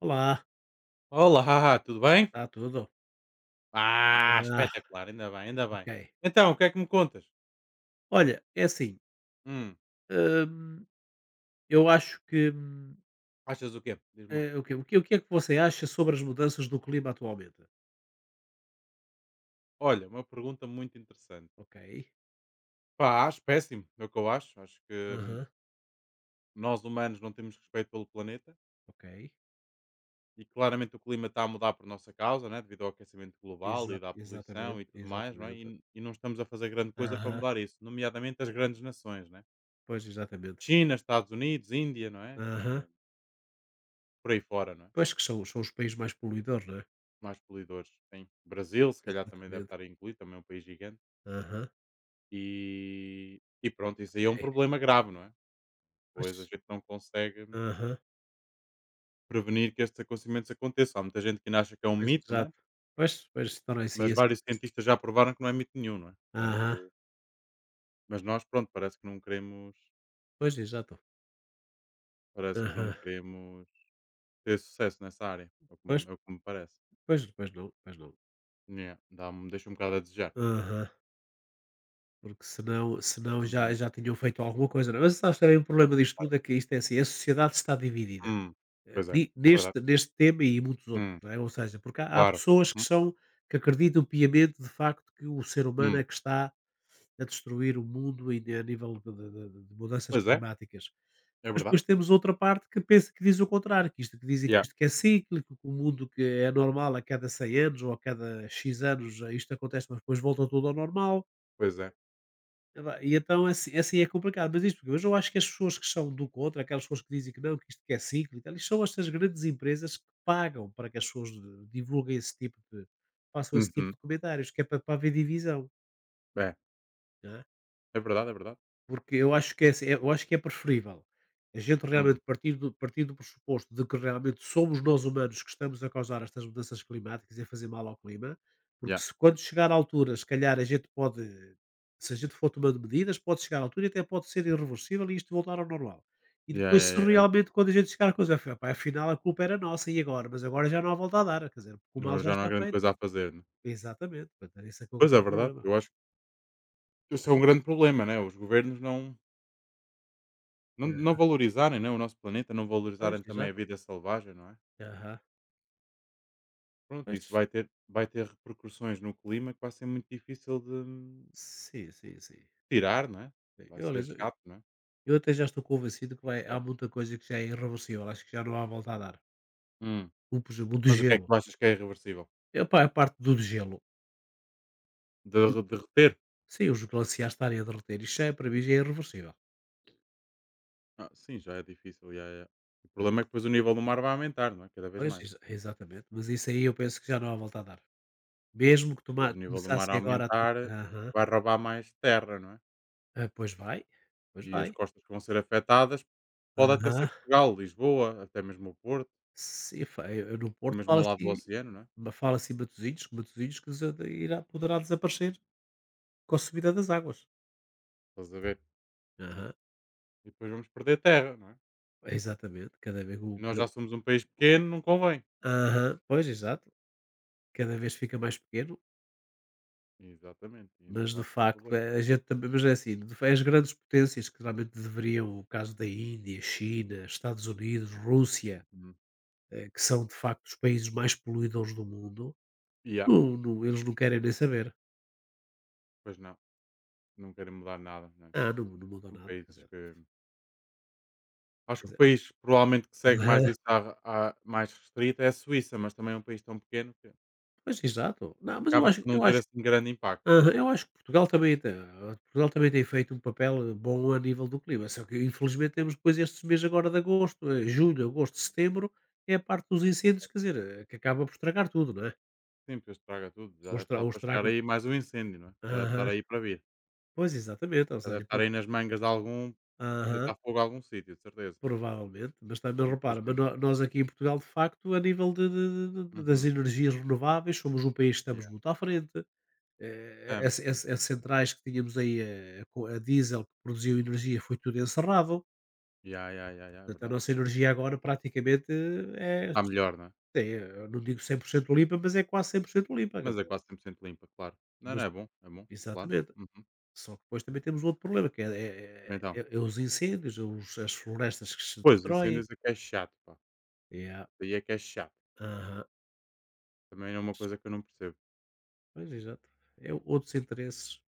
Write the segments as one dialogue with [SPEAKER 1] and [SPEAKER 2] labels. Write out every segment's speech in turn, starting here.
[SPEAKER 1] Olá,
[SPEAKER 2] Olá, tudo bem?
[SPEAKER 1] está tudo?
[SPEAKER 2] Ah,
[SPEAKER 1] Ah,
[SPEAKER 2] espetacular, ainda bem, ainda
[SPEAKER 1] ok.
[SPEAKER 2] bem. Então, o que é que me contas?
[SPEAKER 1] Olha, é assim,
[SPEAKER 2] Hum,
[SPEAKER 1] hum, eu acho que,
[SPEAKER 2] Achas o quê? Diz-me lá.
[SPEAKER 1] o quê? O que é que você acha sobre as mudanças do clima atualmente?
[SPEAKER 2] Olha, uma pergunta muito interessante.
[SPEAKER 1] Ok.
[SPEAKER 2] Pá, acho péssimo, é o que eu acho. Acho que hum,
[SPEAKER 1] Aham.
[SPEAKER 2] nós humanos não temos respeito pelo planeta
[SPEAKER 1] Ok.
[SPEAKER 2] e claramente o clima está a mudar por nossa causa, né? Devido ao aquecimento global e da
[SPEAKER 1] Exatamente,
[SPEAKER 2] poluição e tudo mais, não é?
[SPEAKER 1] exatamente.
[SPEAKER 2] E não estamos a fazer grande coisa para
[SPEAKER 1] Aham.
[SPEAKER 2] mudar isso, nomeadamente as grandes nações, né?
[SPEAKER 1] Pois, exatamente.
[SPEAKER 2] China, Estados Unidos, Índia, não é?
[SPEAKER 1] Aham.
[SPEAKER 2] Por aí fora, não é?
[SPEAKER 1] Pois que são os países mais poluidores, não é?
[SPEAKER 2] Mais poluidores, sim. Brasil, se calhar também deve
[SPEAKER 1] Exatamente.
[SPEAKER 2] estar incluído, também é um país gigante.
[SPEAKER 1] Aham.
[SPEAKER 2] E pronto, isso aí é um
[SPEAKER 1] É,
[SPEAKER 2] problema grave, não é? Pois a
[SPEAKER 1] pois.
[SPEAKER 2] gente não consegue
[SPEAKER 1] Aham,
[SPEAKER 2] prevenir que estes acontecimentos aconteçam. Há muita gente que ainda acha que é um
[SPEAKER 1] pois,
[SPEAKER 2] mito, né?
[SPEAKER 1] exato. Pois, pois, torna-se
[SPEAKER 2] Mas
[SPEAKER 1] assim.
[SPEAKER 2] vários cientistas já provaram que não é mito nenhum, não é?
[SPEAKER 1] Aham.
[SPEAKER 2] Portanto, mas nós, pronto, parece que não queremos,
[SPEAKER 1] Pois, exato.
[SPEAKER 2] parece que não
[SPEAKER 1] Aham.
[SPEAKER 2] queremos ter sucesso nessa área. É o que
[SPEAKER 1] Pois,
[SPEAKER 2] me, é o que me parece.
[SPEAKER 1] pois, pois não, pois não.
[SPEAKER 2] Yeah, dá deixa um bocado a desejar.
[SPEAKER 1] Aham. Porque senão já
[SPEAKER 2] Uhum.
[SPEAKER 1] já tinham feito alguma coisa, não é? Mas sabes, também o problema disto
[SPEAKER 2] Claro.
[SPEAKER 1] tudo é que isto é assim, a sociedade está dividida,
[SPEAKER 2] Hum, Pois é,
[SPEAKER 1] ni
[SPEAKER 2] é verdade.
[SPEAKER 1] neste tema e muitos outros,
[SPEAKER 2] Hum.
[SPEAKER 1] não é? Ou seja, porque há
[SPEAKER 2] Claro.
[SPEAKER 1] pessoas que
[SPEAKER 2] Uhum.
[SPEAKER 1] são, que acreditam piamente, de facto, que o ser humano é
[SPEAKER 2] Hum,
[SPEAKER 1] que está a destruir o mundo e de a nível de mudanças
[SPEAKER 2] Pois é,
[SPEAKER 1] climáticas.
[SPEAKER 2] é
[SPEAKER 1] Mas
[SPEAKER 2] verdade.
[SPEAKER 1] depois temos outra parte que pensa, que diz o contrário, que isto, que dizem que
[SPEAKER 2] Yeah,
[SPEAKER 1] isto, que é cíclico, que o mundo, que é normal a cada 100 anos ou a cada "x" anos, isto acontece, mas depois volta tudo ao normal.
[SPEAKER 2] pois é.
[SPEAKER 1] Epá, e então assim é complicado, mas isto mas eu acho que as pessoas que são do contra, aquelas pessoas que dizem que não, que isto, que é cíclico, elas são estas grandes empresas que pagam para que as pessoas divulguem esse tipo de façam esse tipo
[SPEAKER 2] Uhum.
[SPEAKER 1] de comentários, que é para haver divisão,
[SPEAKER 2] É,
[SPEAKER 1] é?
[SPEAKER 2] é verdade, é verdade.
[SPEAKER 1] Porque eu acho que é assim, eu acho que é preferível a gente realmente
[SPEAKER 2] Uhum.
[SPEAKER 1] partir do pressuposto de que realmente somos nós humanos que estamos a causar estas mudanças climáticas e a fazer mal ao clima, porque
[SPEAKER 2] Yeah.
[SPEAKER 1] se quando chegar à altura, se calhar a gente pode, se a gente for tomando medidas, pode chegar à altura e até pode ser irreversível e isto voltar ao normal. E
[SPEAKER 2] Yeah,
[SPEAKER 1] depois,
[SPEAKER 2] yeah,
[SPEAKER 1] se
[SPEAKER 2] yeah, yeah.
[SPEAKER 1] realmente quando a gente chegar à coisa, Pá, afinal a culpa era nossa e agora, mas agora já não há volta a dar, quer dizer, porque o mal
[SPEAKER 2] Agora
[SPEAKER 1] já
[SPEAKER 2] já não há
[SPEAKER 1] está
[SPEAKER 2] grande
[SPEAKER 1] feito."
[SPEAKER 2] coisa a fazer, né?
[SPEAKER 1] Exatamente, portanto, esse é que é o
[SPEAKER 2] Pois é
[SPEAKER 1] grande
[SPEAKER 2] verdade,
[SPEAKER 1] problema.
[SPEAKER 2] eu acho que isso é um grande problema, né? Os governos não
[SPEAKER 1] Ah,
[SPEAKER 2] valorizarem, né? O nosso planeta, não
[SPEAKER 1] pois,
[SPEAKER 2] valorizarem também a
[SPEAKER 1] exato.
[SPEAKER 2] vida selvagem, não é?
[SPEAKER 1] Aham.
[SPEAKER 2] Pronto,
[SPEAKER 1] Pois,
[SPEAKER 2] isso vai ter repercussões no clima que vai ser muito difícil de
[SPEAKER 1] sim, sim, sim.
[SPEAKER 2] tirar, não é?
[SPEAKER 1] Bem,
[SPEAKER 2] Vai
[SPEAKER 1] eu,
[SPEAKER 2] ser
[SPEAKER 1] aliás, eu
[SPEAKER 2] chato, não é?
[SPEAKER 1] eu até já estou convencido que vai, há
[SPEAKER 2] Complicado.
[SPEAKER 1] muita coisa que já é irreversível, acho que já não há volta a dar.
[SPEAKER 2] Hum.
[SPEAKER 1] O, por exemplo, o do
[SPEAKER 2] Mas o que é que
[SPEAKER 1] gelo.
[SPEAKER 2] tu achas que é irreversível?
[SPEAKER 1] É pá, a parte do gelo.
[SPEAKER 2] De,
[SPEAKER 1] Ju-
[SPEAKER 2] de derreter?
[SPEAKER 1] Sim, os glaciares estarem a derreter. Isto já é, para mim já é irreversível.
[SPEAKER 2] Ah, sim, já é difícil, yeah, yeah. O
[SPEAKER 1] Né?
[SPEAKER 2] problema é que depois o nível do mar vai aumentar, não é? Cada vez
[SPEAKER 1] Pois,
[SPEAKER 2] mais.
[SPEAKER 1] exatamente. Mas isso aí eu penso que já não há volta a dar. Mesmo que
[SPEAKER 2] Depois o nível do mar
[SPEAKER 1] começassem agora a ter.
[SPEAKER 2] aumentar,
[SPEAKER 1] Aham.
[SPEAKER 2] vai roubar mais terra, não é?
[SPEAKER 1] Ah, pois vai. Pois
[SPEAKER 2] E
[SPEAKER 1] vai.
[SPEAKER 2] as costas que vão ser afetadas pode até ser
[SPEAKER 1] Aham.
[SPEAKER 2] Portugal, Lisboa, até mesmo o Porto,
[SPEAKER 1] Sim, eu no
[SPEAKER 2] até
[SPEAKER 1] Porto
[SPEAKER 2] mesmo ao lado do oceano, não é?
[SPEAKER 1] fala-se em Matosinhos, que Matosinhos, que irá, poderá desaparecer com a subida das águas.
[SPEAKER 2] Estás a ver?
[SPEAKER 1] Aham,
[SPEAKER 2] E depois vamos perder terra, não é?
[SPEAKER 1] exatamente, cada vez o
[SPEAKER 2] E nós já somos um país pequeno, não convém.
[SPEAKER 1] aham, pois exato, cada vez fica mais pequeno,
[SPEAKER 2] Exatamente. E então
[SPEAKER 1] mas de
[SPEAKER 2] vai ser um
[SPEAKER 1] facto
[SPEAKER 2] problema.
[SPEAKER 1] a gente também, mas é assim, de fa as grandes potências que realmente deveriam, o caso da Índia, China, Estados Unidos, Rússia,
[SPEAKER 2] Uhum.
[SPEAKER 1] que são de facto os países mais poluidores do mundo,
[SPEAKER 2] E há,
[SPEAKER 1] não eles não querem nem saber.
[SPEAKER 2] Pois não, não querem mudar nada, não é?
[SPEAKER 1] Ah, mudou
[SPEAKER 2] São
[SPEAKER 1] nada, quer
[SPEAKER 2] países
[SPEAKER 1] dizer.
[SPEAKER 2] que. Acho
[SPEAKER 1] quer
[SPEAKER 2] que o
[SPEAKER 1] dizer
[SPEAKER 2] país provavelmente que segue mais
[SPEAKER 1] aham,
[SPEAKER 2] isso mais restrita é a Suíça, mas também é um país tão pequeno que
[SPEAKER 1] pois exato. Não, mas
[SPEAKER 2] acaba por não
[SPEAKER 1] eu
[SPEAKER 2] ter
[SPEAKER 1] acho.
[SPEAKER 2] assim grande impacto, não é?
[SPEAKER 1] Aham, eu acho que Portugal também tem. Feito um papel bom a nível do clima, só que infelizmente temos depois estes meses agora de agosto, julho, agosto, setembro, é a parte dos incêndios, quer dizer, que acaba por estragar tudo, não é?
[SPEAKER 2] Sim, depois estraga tudo. Já deve estar
[SPEAKER 1] Ou
[SPEAKER 2] para chegar
[SPEAKER 1] estraga
[SPEAKER 2] aí mais um incêndio, não é? Já deve estar
[SPEAKER 1] aham,
[SPEAKER 2] aí para vir.
[SPEAKER 1] pois exatamente, ou
[SPEAKER 2] Já deve
[SPEAKER 1] seja,
[SPEAKER 2] estar
[SPEAKER 1] por
[SPEAKER 2] aí nas mangas de algum.
[SPEAKER 1] aham,
[SPEAKER 2] Deitar fogo a algum sítio, de certeza.
[SPEAKER 1] provavelmente, mas também repara, mas
[SPEAKER 2] Infelizmente.
[SPEAKER 1] nó nós aqui em Portugal de facto a nível das
[SPEAKER 2] Uhum.
[SPEAKER 1] energias renováveis somos um país que estamos
[SPEAKER 2] Yeah.
[SPEAKER 1] muito à frente,
[SPEAKER 2] Estamos,
[SPEAKER 1] as
[SPEAKER 2] estamos,
[SPEAKER 1] as as
[SPEAKER 2] estamos, estamos.
[SPEAKER 1] centrais que tínhamos aí a diesel que produziam energia foi tudo encerrado.
[SPEAKER 2] Yeah, yeah, yeah, yeah, é
[SPEAKER 1] Portanto, a
[SPEAKER 2] verdade.
[SPEAKER 1] nossa energia agora praticamente é,
[SPEAKER 2] Está melhor, não é?
[SPEAKER 1] eu não digo 100% limpa, mas é quase 100% limpa, quer
[SPEAKER 2] Mas é
[SPEAKER 1] dizer,
[SPEAKER 2] quase 100% limpa, claro. Não,
[SPEAKER 1] mas
[SPEAKER 2] não, é bom, claro.
[SPEAKER 1] exatamente.
[SPEAKER 2] Uhum.
[SPEAKER 1] Só que depois também temos outro problema, que é,
[SPEAKER 2] Então,
[SPEAKER 1] é é os incêndios, é as florestas que se
[SPEAKER 2] pois,
[SPEAKER 1] destroem.
[SPEAKER 2] incêndios é que é chato, pá.
[SPEAKER 1] Yeah.
[SPEAKER 2] Isso aí é que é chato.
[SPEAKER 1] Aham.
[SPEAKER 2] Também é uma coisa que eu não percebo.
[SPEAKER 1] Pois, exato. É outros interesses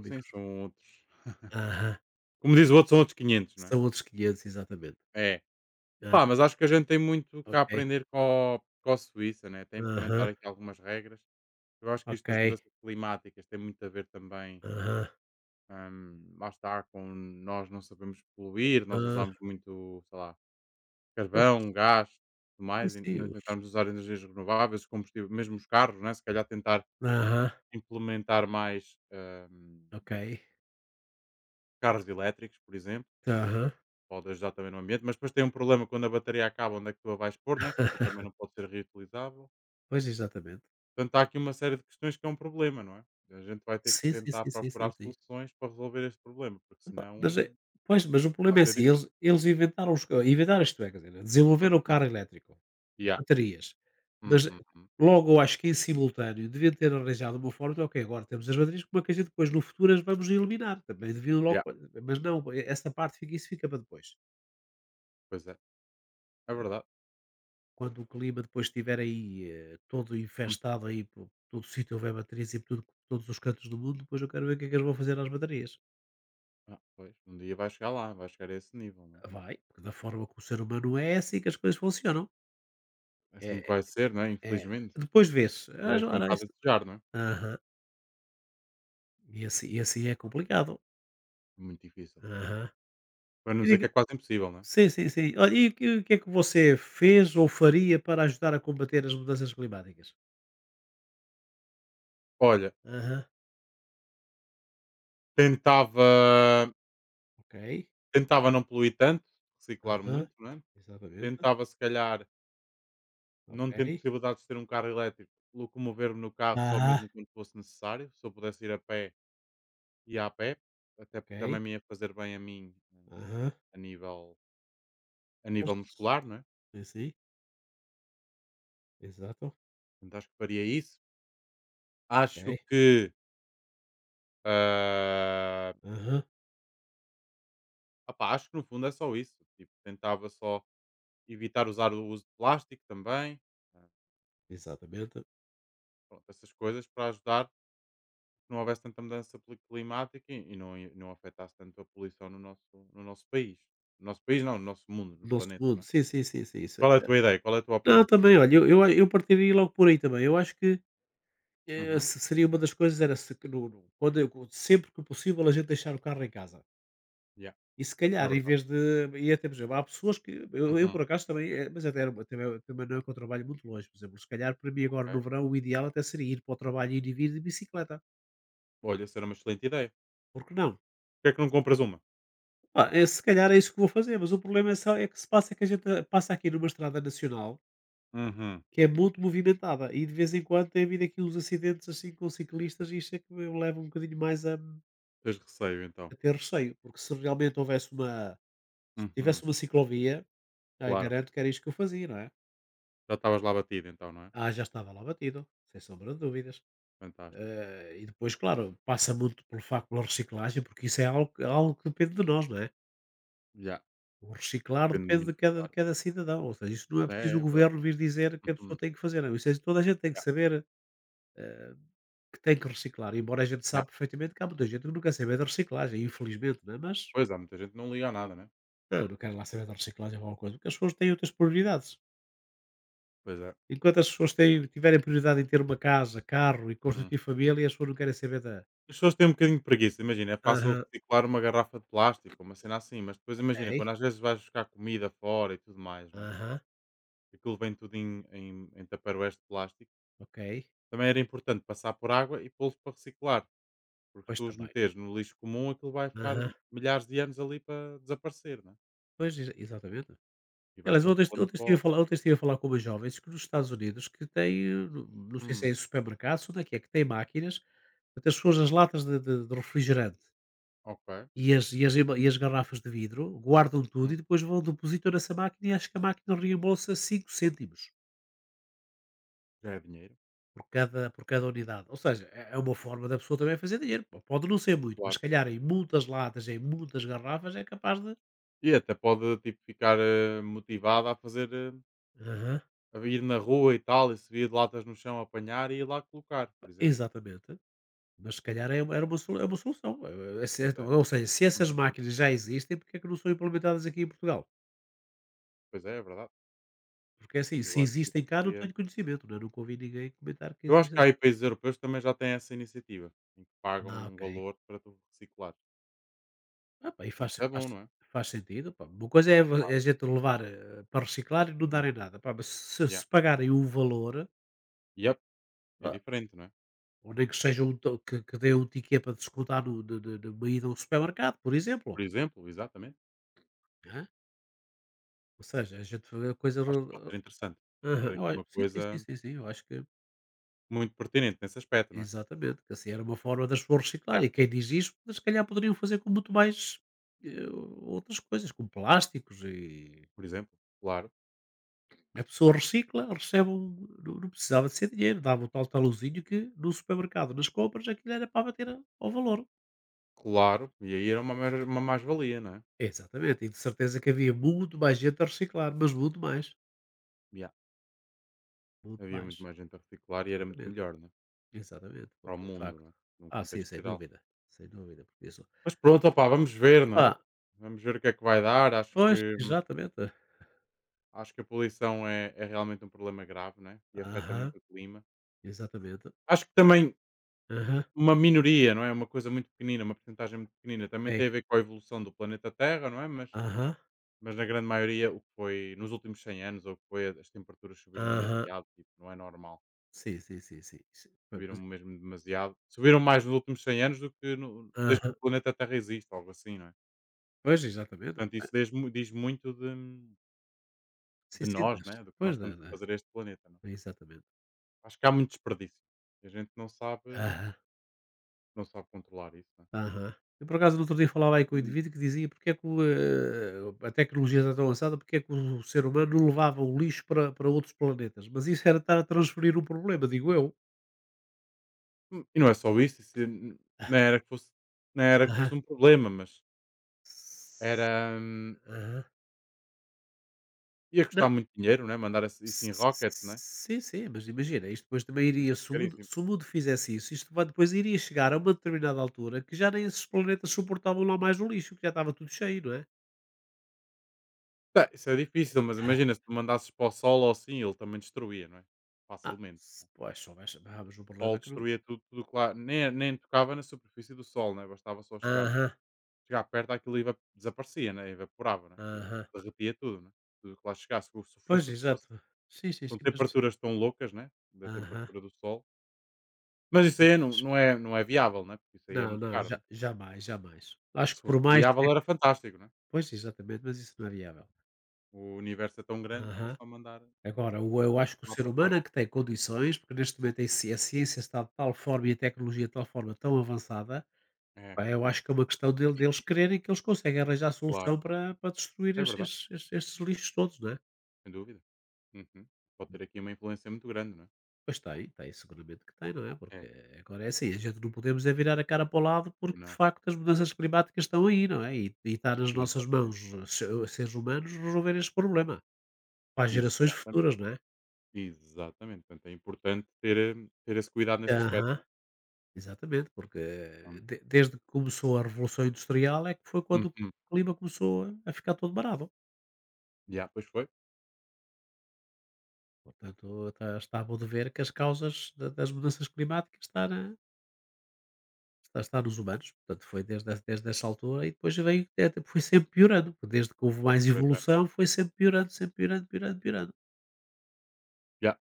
[SPEAKER 2] Sim, são outros.
[SPEAKER 1] Aham.
[SPEAKER 2] Como diz o outro, são outros quinhentos, não é?
[SPEAKER 1] São outros 500, exatamente.
[SPEAKER 2] É.
[SPEAKER 1] Ah,
[SPEAKER 2] Pá, mas acho que a gente tem muito que
[SPEAKER 1] ok.
[SPEAKER 2] aprender co com a Suíça, né, até
[SPEAKER 1] Aham.
[SPEAKER 2] implementar aqui algumas regras. Eu acho que isto
[SPEAKER 1] Ok.
[SPEAKER 2] das mudanças climáticas tem muito a ver também,
[SPEAKER 1] Aham.
[SPEAKER 2] lá está, com nós não sabemos poluir, nós usamos
[SPEAKER 1] Ah,
[SPEAKER 2] muito, sei lá,
[SPEAKER 1] pois,
[SPEAKER 2] carvão, gás, tudo
[SPEAKER 1] sim,
[SPEAKER 2] mais, e
[SPEAKER 1] sim.
[SPEAKER 2] não tentarmos usar energias renováveis, combustível, mesmo os carros, né, se calhar tentar
[SPEAKER 1] Aham.
[SPEAKER 2] implementar mais, hum,
[SPEAKER 1] Ok.
[SPEAKER 2] carros elétricos, por exemplo,
[SPEAKER 1] Aham.
[SPEAKER 2] pode ajudar também no ambiente, mas depois tem um problema quando a bateria acaba, onde é que tu a vais pôr, né, que aquilo também não pode ser reutilizável.
[SPEAKER 1] Pois, exatamente.
[SPEAKER 2] Portanto, há aqui uma série de questões que é um problema, não é? A gente vai ter que
[SPEAKER 1] Sim, sim,
[SPEAKER 2] tentar
[SPEAKER 1] sim, sim, sim,
[SPEAKER 2] procurar
[SPEAKER 1] sim.
[SPEAKER 2] soluções para resolver este problema, porque
[SPEAKER 1] Epá,
[SPEAKER 2] senão
[SPEAKER 1] mas é pois, mas o
[SPEAKER 2] vai
[SPEAKER 1] problema é
[SPEAKER 2] ser
[SPEAKER 1] assim,
[SPEAKER 2] difícil.
[SPEAKER 1] eles inventaram, os ca inventaram, isto é, quer dizer, desenvolveram o
[SPEAKER 2] Uhum.
[SPEAKER 1] carro elétrico, as
[SPEAKER 2] Yeah.
[SPEAKER 1] baterias,
[SPEAKER 2] Uhum.
[SPEAKER 1] mas
[SPEAKER 2] Uhum.
[SPEAKER 1] logo eu acho que em simultâneo deviam ter arranjado uma forma de: "Ok, agora temos as baterias, como é que a gente depois no futuro as vamos eliminar?" Também deviam logo.
[SPEAKER 2] Yeah.
[SPEAKER 1] Mas não, essa parte fica, isso fica para depois.
[SPEAKER 2] Pois é, é verdade.
[SPEAKER 1] Quando o clima depois estiver aí, todo
[SPEAKER 2] Hum.
[SPEAKER 1] infestado aí por todo o sítio, houver baterias e por tudo, por todos os cantos do mundo, depois eu quero ver o que é que eles vão fazer às baterias.
[SPEAKER 2] Ah, pois, um dia vai chegar lá, vai chegar a esse nível, não é?
[SPEAKER 1] Vai, porque da forma que o ser humano é, é assim que as coisas funcionam. É
[SPEAKER 2] Assim que vai ser, não é?
[SPEAKER 1] é
[SPEAKER 2] Infelizmente.
[SPEAKER 1] depois vês,
[SPEAKER 2] E
[SPEAKER 1] "Ah, já
[SPEAKER 2] deixa um
[SPEAKER 1] era
[SPEAKER 2] bocado
[SPEAKER 1] isso".
[SPEAKER 2] a desejar, não é?
[SPEAKER 1] Aham. E assim, é complicado.
[SPEAKER 2] É muito difícil.
[SPEAKER 1] Aham.
[SPEAKER 2] Para não
[SPEAKER 1] E
[SPEAKER 2] dizer que
[SPEAKER 1] diga
[SPEAKER 2] é quase impossível, não é?
[SPEAKER 1] sim, sim, sim. Olha, e o que é que você fez ou faria para ajudar a combater as mudanças climáticas?
[SPEAKER 2] Olha,
[SPEAKER 1] Aham.
[SPEAKER 2] tentava,
[SPEAKER 1] Ok.
[SPEAKER 2] tentava não poluir tanto, reciclar
[SPEAKER 1] Aham.
[SPEAKER 2] muito, não é?
[SPEAKER 1] Exatamente.
[SPEAKER 2] Tentava, se calhar, não tendo
[SPEAKER 1] Ok.
[SPEAKER 2] possibilidades de ter um carro elétrico, locomover-me no carro só
[SPEAKER 1] Aham.
[SPEAKER 2] mesmo quando fosse necessário. Se eu pudesse ir a pé, ia a pé, até porque também
[SPEAKER 1] Ok.
[SPEAKER 2] me ia fazer bem a mim,
[SPEAKER 1] Aham.
[SPEAKER 2] a nível, a
[SPEAKER 1] Pois.
[SPEAKER 2] nível muscular, não é?
[SPEAKER 1] Sim, sim. Exato.
[SPEAKER 2] Portanto, acho que faria isso. Acho
[SPEAKER 1] Ok.
[SPEAKER 2] que, ah,
[SPEAKER 1] Aham.
[SPEAKER 2] opá, acho que no fundo é só isso. Tipo, tentava só evitar usar o uso de plástico também. Ah,
[SPEAKER 1] Exatamente.
[SPEAKER 2] pronto, essas coisas para ajudar não houvesse tanta mudança climática e não, não afetasse tanto a poluição no nosso, país. No nosso país, não, no nosso mundo, no
[SPEAKER 1] Nosso
[SPEAKER 2] planeta,
[SPEAKER 1] mundo.
[SPEAKER 2] não é?
[SPEAKER 1] Sim, sim, sim, sim, isso
[SPEAKER 2] Qual é a
[SPEAKER 1] é.
[SPEAKER 2] tua ideia? Qual é a tua
[SPEAKER 1] Não,
[SPEAKER 2] opinião?
[SPEAKER 1] também, olha, eu partiria logo por aí também. Eu acho que,
[SPEAKER 2] Uhum.
[SPEAKER 1] se seria uma das coisas, era se que no quando eu sempre que possível a gente deixar o carro em casa.
[SPEAKER 2] Yeah,
[SPEAKER 1] E se
[SPEAKER 2] é
[SPEAKER 1] calhar em
[SPEAKER 2] verdade.
[SPEAKER 1] vez de, e até, por exemplo, há pessoas que eu
[SPEAKER 2] Uhum.
[SPEAKER 1] por acaso também, mas até era uma, também não é que eu trabalho muito longe, por exemplo, se calhar para mim
[SPEAKER 2] Ok.
[SPEAKER 1] agora no verão o ideal até seria ir para o trabalho, ir e vir de bicicleta,
[SPEAKER 2] Olha, isso era uma excelente ideia.
[SPEAKER 1] por que não?
[SPEAKER 2] Porquê é que não compras uma?
[SPEAKER 1] Pá, se calhar é isso que vou fazer, mas o problema é só é que se passa é que a gente, passa aqui numa estrada nacional
[SPEAKER 2] Uhum.
[SPEAKER 1] que é muito movimentada e de vez em quando tem havido aqui uns acidentes assim com ciclistas e isso é que me leva um bocadinho mais
[SPEAKER 2] Tens receio, então.
[SPEAKER 1] a ter receio, porque se tivesse
[SPEAKER 2] Uhum.
[SPEAKER 1] uma ciclovia, ah,
[SPEAKER 2] Claro.
[SPEAKER 1] garanto que era isto que eu fazia, não é?
[SPEAKER 2] Já estavas lá batido, então, não é?
[SPEAKER 1] Ah, já estava lá batido, sem sombra de dúvidas.
[SPEAKER 2] Fantástico.
[SPEAKER 1] E depois, claro, passa muito pelo facto da reciclagem, porque isso é algo, algo que depende de nós, não é?
[SPEAKER 2] Já.
[SPEAKER 1] O reciclar
[SPEAKER 2] Depende
[SPEAKER 1] depende
[SPEAKER 2] muito,
[SPEAKER 1] de
[SPEAKER 2] claro.
[SPEAKER 1] cada cidadão, ou seja, isso não é
[SPEAKER 2] É,
[SPEAKER 1] preciso o
[SPEAKER 2] é verdade.
[SPEAKER 1] governo vir dizer que a pessoa
[SPEAKER 2] Uhum.
[SPEAKER 1] tem que fazer, não, é? Isso é, toda a gente tem que
[SPEAKER 2] Yeah,
[SPEAKER 1] saber. Que tem que reciclar, embora a gente
[SPEAKER 2] yeah.
[SPEAKER 1] saiba perfeitamente que há muita gente que não quer saber da reciclagem, infelizmente, não é? Mas
[SPEAKER 2] Pois há muita gente que não liga a nada, né?
[SPEAKER 1] não, eu é. Não quero lá saber da reciclagem ou alguma coisa, porque as pessoas têm outras prioridades.
[SPEAKER 2] Pois é.
[SPEAKER 1] Enquanto as pessoas têm, tiverem prioridade em ter uma casa, carro e constituir família, as pessoas não querem saber da.
[SPEAKER 2] As pessoas têm um bocadinho de preguiça, imagina, é fácil
[SPEAKER 1] Aham.
[SPEAKER 2] reciclar uma garrafa de plástico, uma cena assim, mas depois imagina, quando
[SPEAKER 1] Ok.
[SPEAKER 2] às vezes vais buscar comida fora e tudo mais, não é?
[SPEAKER 1] Aham.
[SPEAKER 2] Aquilo vem tudo em tupperwares de plástico.
[SPEAKER 1] Ok,
[SPEAKER 2] Também era importante passar por água e pô-los para reciclar, porque se
[SPEAKER 1] pois
[SPEAKER 2] tu os
[SPEAKER 1] também.
[SPEAKER 2] meteres no lixo comum, aquilo vai ficar
[SPEAKER 1] Aham.
[SPEAKER 2] milhares de anos ali para desaparecer, não é?
[SPEAKER 1] Pois, exatamente.
[SPEAKER 2] E vai
[SPEAKER 1] Aliás,
[SPEAKER 2] ser um
[SPEAKER 1] ontem,
[SPEAKER 2] problema para o...
[SPEAKER 1] ontem estive a falar com umas jovens que nos Estados Unidos que têm, não sei se é
[SPEAKER 2] Hum,
[SPEAKER 1] em supermercados, onde é, que têm máquinas. Portanto, as pessoas, as latas de, de refrigerante.
[SPEAKER 2] ok,
[SPEAKER 1] E as, e as emba e as garrafas de vidro guardam tudo
[SPEAKER 2] hum,
[SPEAKER 1] e depois vão depositar nessa máquina, e acho que a máquina reembolsa 5 cêntimos
[SPEAKER 2] já é dinheiro,
[SPEAKER 1] por cada unidade. Ou seja, é uma forma da pessoa também fazer dinheiro. Po pode não ser muito, mas
[SPEAKER 2] claro.
[SPEAKER 1] se calhar em muitas latas, em muitas garrafas é capaz de.
[SPEAKER 2] E até pode, tipo, ficar motivado a fazer,
[SPEAKER 1] Aham,
[SPEAKER 2] a ir na rua e tal, e se via de latas no chão apanhar e ir lá colocar, por exemplo.
[SPEAKER 1] exatamente. Mas se calhar é uma era uma solu é uma solução.
[SPEAKER 2] Pois
[SPEAKER 1] Certo,
[SPEAKER 2] é.
[SPEAKER 1] ou seja, se essas
[SPEAKER 2] Uhum.
[SPEAKER 1] máquinas já existem, porque é que não são implementadas aqui em Portugal?
[SPEAKER 2] Pois é, é verdade.
[SPEAKER 1] Porque é assim,
[SPEAKER 2] Eu
[SPEAKER 1] se
[SPEAKER 2] acho que isso
[SPEAKER 1] existem cá não
[SPEAKER 2] devia-
[SPEAKER 1] tenho conhecimento, não é? Nunca ouvi ninguém comentar que
[SPEAKER 2] Eu acho que
[SPEAKER 1] existem.
[SPEAKER 2] há aí países europeus que também já têm essa iniciativa, em que pagam
[SPEAKER 1] Ah,
[SPEAKER 2] um
[SPEAKER 1] ok.
[SPEAKER 2] valor para tu reciclar.
[SPEAKER 1] Ah pá, e
[SPEAKER 2] Isso é bom, não é?
[SPEAKER 1] faz sentido, pá. Uma coisa é, vo é
[SPEAKER 2] Claro.
[SPEAKER 1] a gente levar, para reciclar e não
[SPEAKER 2] Uhum.
[SPEAKER 1] darem nada, pá, mas
[SPEAKER 2] Yeah.
[SPEAKER 1] se pagarem o valor.
[SPEAKER 2] Yep. É
[SPEAKER 1] Ah.
[SPEAKER 2] diferente, não é?
[SPEAKER 1] Ou nem que seja um to que dê um ticket para descontar no na na numa ida a um supermercado, por exemplo,
[SPEAKER 2] Por exemplo, exatamente.
[SPEAKER 1] né. Ou seja, a gente fazer a coisa
[SPEAKER 2] Acho que pode
[SPEAKER 1] re
[SPEAKER 2] ser interessante. Pode
[SPEAKER 1] aham,
[SPEAKER 2] ser aqui
[SPEAKER 1] eu acho,
[SPEAKER 2] uma
[SPEAKER 1] sim, sim, sim,
[SPEAKER 2] coisa
[SPEAKER 1] sim, sim, eu acho que
[SPEAKER 2] muito pertinente nesse aspecto, não é?
[SPEAKER 1] exatamente, que assim era uma forma das pessoas reciclar,
[SPEAKER 2] Yeah.
[SPEAKER 1] e quem diz isso, se calhar poderiam fazer com muito mais, eh, outras coisas, com plásticos. E
[SPEAKER 2] Por exemplo. Claro.
[SPEAKER 1] a pessoa recicla, recebe um. Não, não precisava de ser dinheiro, dava o tal taluzinho que no supermercado, nas compras, aquilo era para bater a ao valor.
[SPEAKER 2] Claro. E aí era uma mais-valia, não é?
[SPEAKER 1] Exatamente, e de certeza que havia muito mais gente a reciclar, mas muito mais,
[SPEAKER 2] Yeah.
[SPEAKER 1] muito
[SPEAKER 2] Havia muito
[SPEAKER 1] mais.
[SPEAKER 2] mais gente a reciclar e era muito
[SPEAKER 1] Exatamente,
[SPEAKER 2] melhor, não é?
[SPEAKER 1] exatamente,
[SPEAKER 2] Para o
[SPEAKER 1] porque de
[SPEAKER 2] mundo,
[SPEAKER 1] facto,
[SPEAKER 2] não é? Num
[SPEAKER 1] ah, sim,
[SPEAKER 2] contexto
[SPEAKER 1] sem
[SPEAKER 2] geral.
[SPEAKER 1] dúvida, sem dúvida, porque isso,
[SPEAKER 2] Mas pronto, opá, vamos ver, não é?
[SPEAKER 1] ah,
[SPEAKER 2] Vamos ver o que é que vai dar.
[SPEAKER 1] pois, exatamente.
[SPEAKER 2] Acho que a poluição é, é realmente um problema grave, não é? E afeta
[SPEAKER 1] Aham,
[SPEAKER 2] muito o clima.
[SPEAKER 1] exatamente.
[SPEAKER 2] Acho que também
[SPEAKER 1] Aham,
[SPEAKER 2] uma minoria, não é? Uma coisa muito pequenina, uma porcentagem muito pequenina, também
[SPEAKER 1] é.
[SPEAKER 2] tem a ver com a evolução do planeta Terra, não é?
[SPEAKER 1] Aham,
[SPEAKER 2] Mas na grande maioria, o que foi nos últimos 100 anos, ou o que foi, as temperaturas subiram
[SPEAKER 1] aham.
[SPEAKER 2] demasiado, tipo, não é normal.
[SPEAKER 1] Sim, sim, sim, sim, sim. Pois,
[SPEAKER 2] Subiram
[SPEAKER 1] mas
[SPEAKER 2] mesmo demasiado. Subiram mais nos últimos 100 anos do que desde que
[SPEAKER 1] aham.
[SPEAKER 2] o planeta Terra existe, algo assim, não é?
[SPEAKER 1] Pois, exatamente.
[SPEAKER 2] Portanto,
[SPEAKER 1] Ah,
[SPEAKER 2] isso diz muito
[SPEAKER 1] sim,
[SPEAKER 2] de
[SPEAKER 1] sim,
[SPEAKER 2] nós,
[SPEAKER 1] mas
[SPEAKER 2] né? Do que
[SPEAKER 1] pois,
[SPEAKER 2] nós estamos a
[SPEAKER 1] da
[SPEAKER 2] fazer a este planeta. Não,
[SPEAKER 1] exatamente.
[SPEAKER 2] é? Acho que há muito desperdício. E a gente não sabe,
[SPEAKER 1] Aham,
[SPEAKER 2] não sabe controlar isso. Né?
[SPEAKER 1] aham. Eu, por acaso, no outro dia falava aí com o
[SPEAKER 2] Hum.
[SPEAKER 1] indivíduo que dizia porque é que o, a tecnologia está tão avançada, porque é que o ser humano não levava o lixo para, para outros planetas. Mas isso era estar a transferir o problema, digo eu.
[SPEAKER 2] E não é só isso, não, era que fosse, não era que
[SPEAKER 1] Aham.
[SPEAKER 2] fosse um problema, mas
[SPEAKER 1] S-
[SPEAKER 2] era. Hum,
[SPEAKER 1] aham.
[SPEAKER 2] ia
[SPEAKER 1] Não.
[SPEAKER 2] custar muito dinheiro, né? Mandar isso em rockets,
[SPEAKER 1] s-
[SPEAKER 2] né?
[SPEAKER 1] sim, sim, mas imagina, isto depois também
[SPEAKER 2] Isso
[SPEAKER 1] iria,
[SPEAKER 2] é
[SPEAKER 1] se o mundo,
[SPEAKER 2] caríssimo.
[SPEAKER 1] se o mundo fizesse isso, depois iria chegar a uma determinada altura que já nem esses planetas suportavam lá mais o lixo, que já estava tudo cheio, não é?
[SPEAKER 2] Tá, isso é difícil, mas imagina se tu mandasses para o Sol ou assim, ele também destruía, não é?
[SPEAKER 1] Ah,
[SPEAKER 2] Facilmente.
[SPEAKER 1] se, pois, só ah, mas o
[SPEAKER 2] O
[SPEAKER 1] problema
[SPEAKER 2] Sol
[SPEAKER 1] é que não.
[SPEAKER 2] destruía tudo, tudo, claro. Nem, nem tocava na superfície do Sol, né? Bastava só chegar.
[SPEAKER 1] Aham.
[SPEAKER 2] Chegar perto aquilo eva desaparecia, né, evaporava, né, aquilo
[SPEAKER 1] Aham.
[SPEAKER 2] derretia tudo, né, tudo que lá chegasse, se
[SPEAKER 1] Pois,
[SPEAKER 2] fosse o que fosse.
[SPEAKER 1] exato. Sim, sim,
[SPEAKER 2] São
[SPEAKER 1] sim, mas
[SPEAKER 2] temperaturas tão loucas, né, da
[SPEAKER 1] aham.
[SPEAKER 2] temperatura do Sol. Mas isso aí não
[SPEAKER 1] Eles-
[SPEAKER 2] não é não é viável, né, porque isso aí é
[SPEAKER 1] não,
[SPEAKER 2] muito
[SPEAKER 1] não,
[SPEAKER 2] caro, né.
[SPEAKER 1] ja jamais, jamais. Acho
[SPEAKER 2] Se
[SPEAKER 1] que
[SPEAKER 2] fosse
[SPEAKER 1] por mais
[SPEAKER 2] viável
[SPEAKER 1] tec
[SPEAKER 2] era fantástico, né.
[SPEAKER 1] pois, exatamente, mas isso não é viável.
[SPEAKER 2] O universo é tão grande, era
[SPEAKER 1] Aham.
[SPEAKER 2] só mandar
[SPEAKER 1] Agora, o eu acho que o
[SPEAKER 2] lá
[SPEAKER 1] ser
[SPEAKER 2] para
[SPEAKER 1] humano
[SPEAKER 2] fora.
[SPEAKER 1] é que tem condições, porque neste momento a ci a ciência está de tal forma e a tecnologia de tal forma tão avançada,
[SPEAKER 2] É,
[SPEAKER 1] pá,
[SPEAKER 2] é
[SPEAKER 1] eu acho
[SPEAKER 2] verdade.
[SPEAKER 1] que é uma questão deles crerem que eles conseguem arranjar solução
[SPEAKER 2] Claro,
[SPEAKER 1] para destruir
[SPEAKER 2] é verdade,
[SPEAKER 1] esses estes lixos todos, não é?
[SPEAKER 2] sem dúvida. Uhum. Pode ter aqui uma influência muito grande, não é?
[SPEAKER 1] Pois tem, tem, seguramente que tem, não é? Porque
[SPEAKER 2] É,
[SPEAKER 1] agora é assim, a gente não podemos é virar a cara para o lado
[SPEAKER 2] e
[SPEAKER 1] porque de
[SPEAKER 2] não.
[SPEAKER 1] facto as mudanças climáticas estão aí, não é? E está nas nossas mãos,
[SPEAKER 2] Exatamente,
[SPEAKER 1] seres humanos, resolver este problema. Para as gerações
[SPEAKER 2] exatamente,
[SPEAKER 1] futuras, não é?
[SPEAKER 2] exatamente. Portanto, é importante ter, ter esse cuidado nesse
[SPEAKER 1] Aham,
[SPEAKER 2] aspecto,
[SPEAKER 1] exatamente, porque
[SPEAKER 2] não é?
[SPEAKER 1] desde que começou a Revolução Industrial é que foi quando o
[SPEAKER 2] Uhum.
[SPEAKER 1] clima começou a ficar todo barato.
[SPEAKER 2] Já pois foi,
[SPEAKER 1] Portanto, está, está bom de ver que as causas das mudanças climáticas estão. Lá está, nos humanos, portanto foi desde essa altura e depois veio até, foi sempre piorando, desde que houve mais
[SPEAKER 2] pois é.
[SPEAKER 1] evolução foi sempre piorando, piorando, piorando.
[SPEAKER 2] Já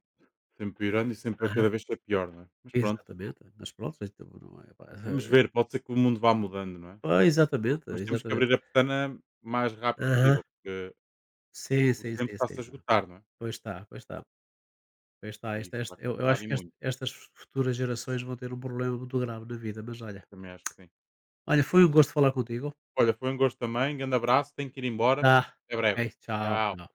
[SPEAKER 2] sempre piorando e sempre a
[SPEAKER 1] Aham.
[SPEAKER 2] cada vez ser pior, não é? Mas pronto,
[SPEAKER 1] Exatamente, mas pronto, então não é, pá,
[SPEAKER 2] vamos ver, pode ser que o mundo vá mudando, não é?
[SPEAKER 1] pois exatamente,
[SPEAKER 2] Mas temos que
[SPEAKER 1] exatamente.
[SPEAKER 2] abrir a pestana o mais rápido
[SPEAKER 1] Aham.
[SPEAKER 2] possível, porque
[SPEAKER 1] Sim,
[SPEAKER 2] o
[SPEAKER 1] sim,
[SPEAKER 2] tempo
[SPEAKER 1] sim, sim,
[SPEAKER 2] está-se a
[SPEAKER 1] não é?
[SPEAKER 2] esgotar, não é?
[SPEAKER 1] Pois está, pois está, pois está,
[SPEAKER 2] E
[SPEAKER 1] esta
[SPEAKER 2] isso vai
[SPEAKER 1] esta eu
[SPEAKER 2] começar
[SPEAKER 1] acho
[SPEAKER 2] e
[SPEAKER 1] que este
[SPEAKER 2] muito,
[SPEAKER 1] estas futuras gerações vão ter um problema muito grave na vida, mas olha,
[SPEAKER 2] também acho que sim.
[SPEAKER 1] olha, foi um gosto falar contigo.
[SPEAKER 2] Olha, foi um gosto também, grande abraço, tenho que ir embora,
[SPEAKER 1] Tá,
[SPEAKER 2] até
[SPEAKER 1] ok,
[SPEAKER 2] breve.
[SPEAKER 1] tchau,
[SPEAKER 2] Tchau.
[SPEAKER 1] tchau.